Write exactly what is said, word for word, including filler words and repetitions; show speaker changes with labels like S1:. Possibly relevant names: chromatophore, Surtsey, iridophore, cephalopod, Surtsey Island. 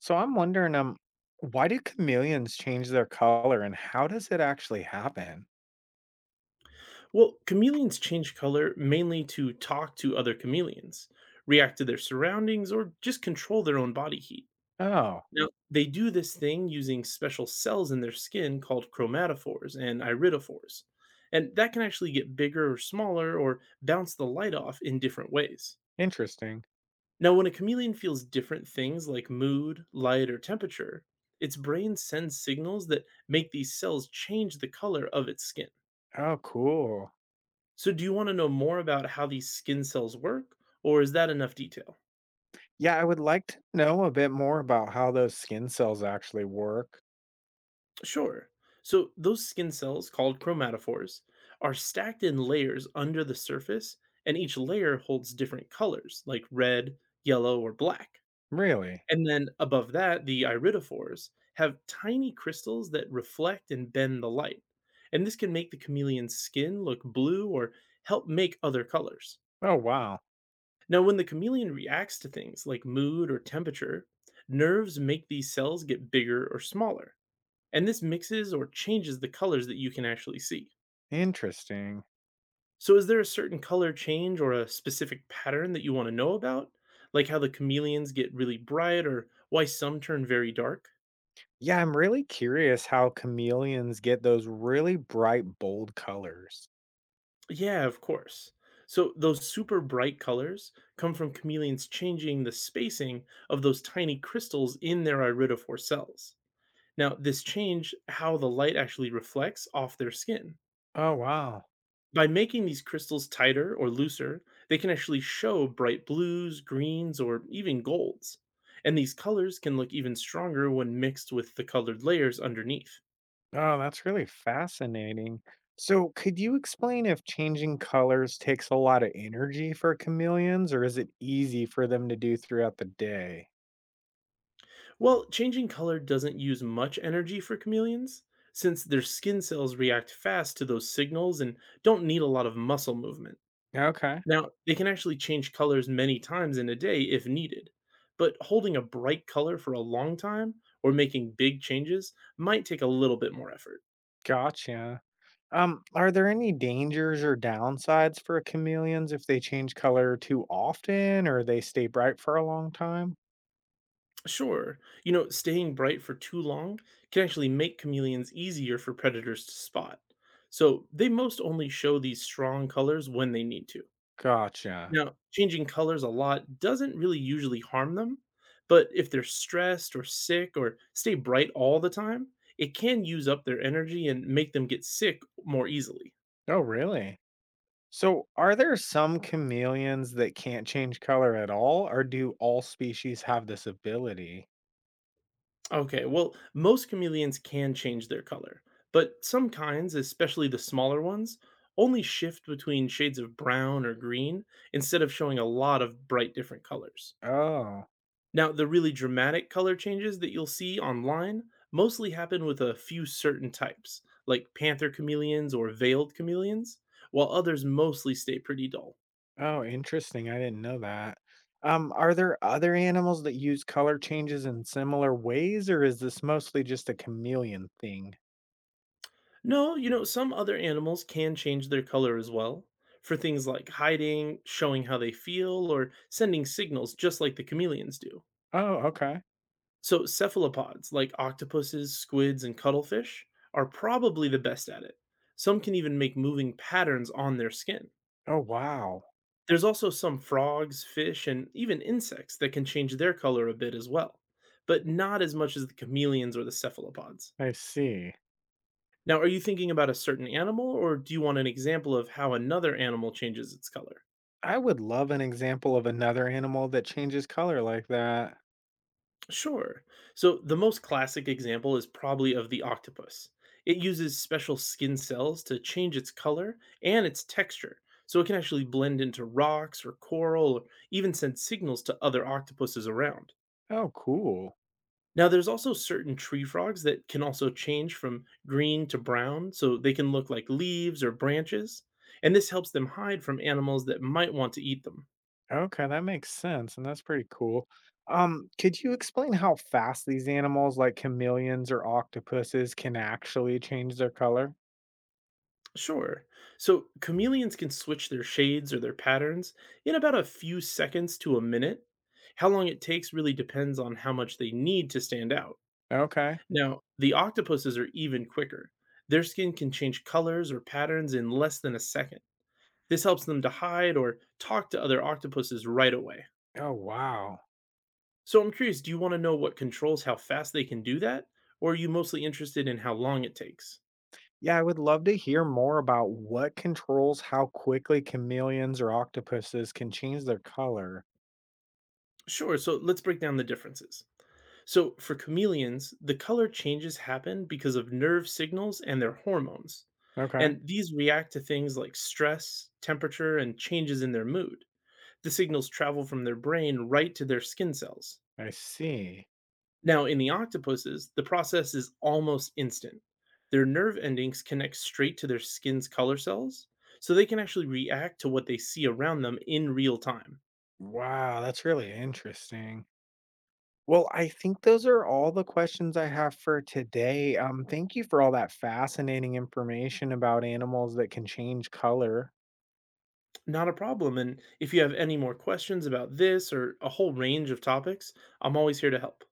S1: So I'm wondering, um, why do chameleons change their color and how does it actually happen?
S2: Well, chameleons change color mainly to talk to other chameleons, react to their surroundings, or just control their own body heat.
S1: Oh,
S2: Now, they do this thing using special cells in their skin called chromatophores and iridophores, and that can actually get bigger or smaller or bounce the light off in different ways.
S1: interesting.
S2: Now, when a chameleon feels different things like mood, light, or temperature, its brain sends signals that make these cells change the color of its skin.
S1: Oh, cool.
S2: So do you want to know more about how these skin cells work, or is that enough detail?
S1: Yeah, I would like to know a bit more about how those skin cells actually work.
S2: Sure. So those skin cells, called chromatophores, are stacked in layers under the surface, and each layer holds different colors, like red, yellow, or black.
S1: Really?
S2: And then above that, the iridophores have tiny crystals that reflect and bend the light. And this can make the chameleon's skin look blue or help make other colors.
S1: Oh, wow.
S2: Now, when the chameleon reacts to things like mood or temperature, nerves make these cells get bigger or smaller, and this mixes or changes the colors that you can actually see.
S1: Interesting.
S2: So, is there a certain color change or a specific pattern that you want to know about? Like how the chameleons get really bright or why some turn very dark?
S1: Yeah, I'm really curious how chameleons get those really bright, bold colors.
S2: Yeah, of course. So, those super bright colors come from chameleons changing the spacing of those tiny crystals in their iridophore cells. Now, this changed how the light actually reflects off their skin.
S1: Oh, wow.
S2: By making these crystals tighter or looser, they can actually show bright blues, greens, or even golds. And these colors can look even stronger when mixed with the colored layers underneath.
S1: Oh, that's really fascinating. So, could you explain if changing colors takes a lot of energy for chameleons, or is it easy for them to do throughout the day?
S2: Well, changing color doesn't use much energy for chameleons, since their skin cells react fast to those signals and don't need a lot of muscle movement.
S1: Okay,
S2: Now, they can actually change colors many times in a day if needed, but holding a bright color for a long time or making big changes might take a little bit more effort.
S1: gotcha. Um, are there any dangers or downsides for chameleons if they change color too often or they stay bright for a long time?
S2: Sure, you know, staying bright for too long can actually make chameleons easier for predators to spot. So they most only show these strong colors when they need to.
S1: Gotcha.
S2: Now, changing colors a lot doesn't really usually harm them, but if they're stressed or sick or stay bright all the time, it can use up their energy and make them get sick more easily.
S1: Oh, really? So, are there some chameleons that can't change color at all, or do all species have this ability?
S2: Okay, well, most chameleons can change their color, but some kinds, especially the smaller ones, only shift between shades of brown or green instead of showing a lot of bright different colors.
S1: Oh.
S2: Now, the really dramatic color changes that you'll see online mostly happen with a few certain types, like panther chameleons or veiled chameleons, while others mostly stay pretty dull.
S1: Oh, interesting. I didn't know that. Um, are there other animals that use color changes in similar ways, or is this mostly just a chameleon thing?
S2: No, you know, some other animals can change their color as well, for things like hiding, showing how they feel, or sending signals just like the chameleons do.
S1: Oh, okay.
S2: So, cephalopods like octopuses, squids, and cuttlefish are probably the best at it. Some can even make moving patterns on their skin.
S1: Oh, wow.
S2: There's also some frogs, fish, and even insects that can change their color a bit as well, but not as much as the chameleons or the cephalopods.
S1: I see.
S2: Now, are you thinking about a certain animal, or do you want an example of how another animal changes its color?
S1: I would love an example of another animal that changes color like that.
S2: Sure. So, the most classic example is probably of the octopus. It uses special skin cells to change its color and its texture, so it can actually blend into rocks or coral, or even send signals to other octopuses around.
S1: Oh, cool.
S2: Now, there's also certain tree frogs that can also change from green to brown, so they can look like leaves or branches, and this helps them hide from animals that might want to eat them.
S1: Okay, that makes sense, and that's pretty cool. Um, could you explain how fast these animals like chameleons or octopuses can actually change their color?
S2: Sure. So, chameleons can switch their shades or their patterns in about a few seconds to a minute. How long it takes really depends on how much they need to stand out.
S1: Okay.
S2: Now, the octopuses are even quicker. Their skin can change colors or patterns in less than a second. This helps them to hide or talk to other octopuses right away.
S1: Oh, wow.
S2: So I'm curious, do you want to know what controls how fast they can do that? Or are you mostly interested in how long it takes?
S1: Yeah, I would love to hear more about what controls how quickly chameleons or octopuses can change their color.
S2: Sure, so let's break down the differences. So for chameleons, the color changes happen because of nerve signals and their hormones.
S1: Okay,
S2: And these react to things like stress, temperature, and changes in their mood. The signals travel from their brain right to their skin cells.
S1: I see.
S2: Now, in the octopuses, the process is almost instant. Their nerve endings connect straight to their skin's color cells, so they can actually react to what they see around them in real time.
S1: Wow, that's really interesting. Well, I think those are all the questions I have for today. Um, thank you for all that fascinating information about animals that can change color.
S2: Not a problem. And if you have any more questions about this or a whole range of topics, I'm always here to help.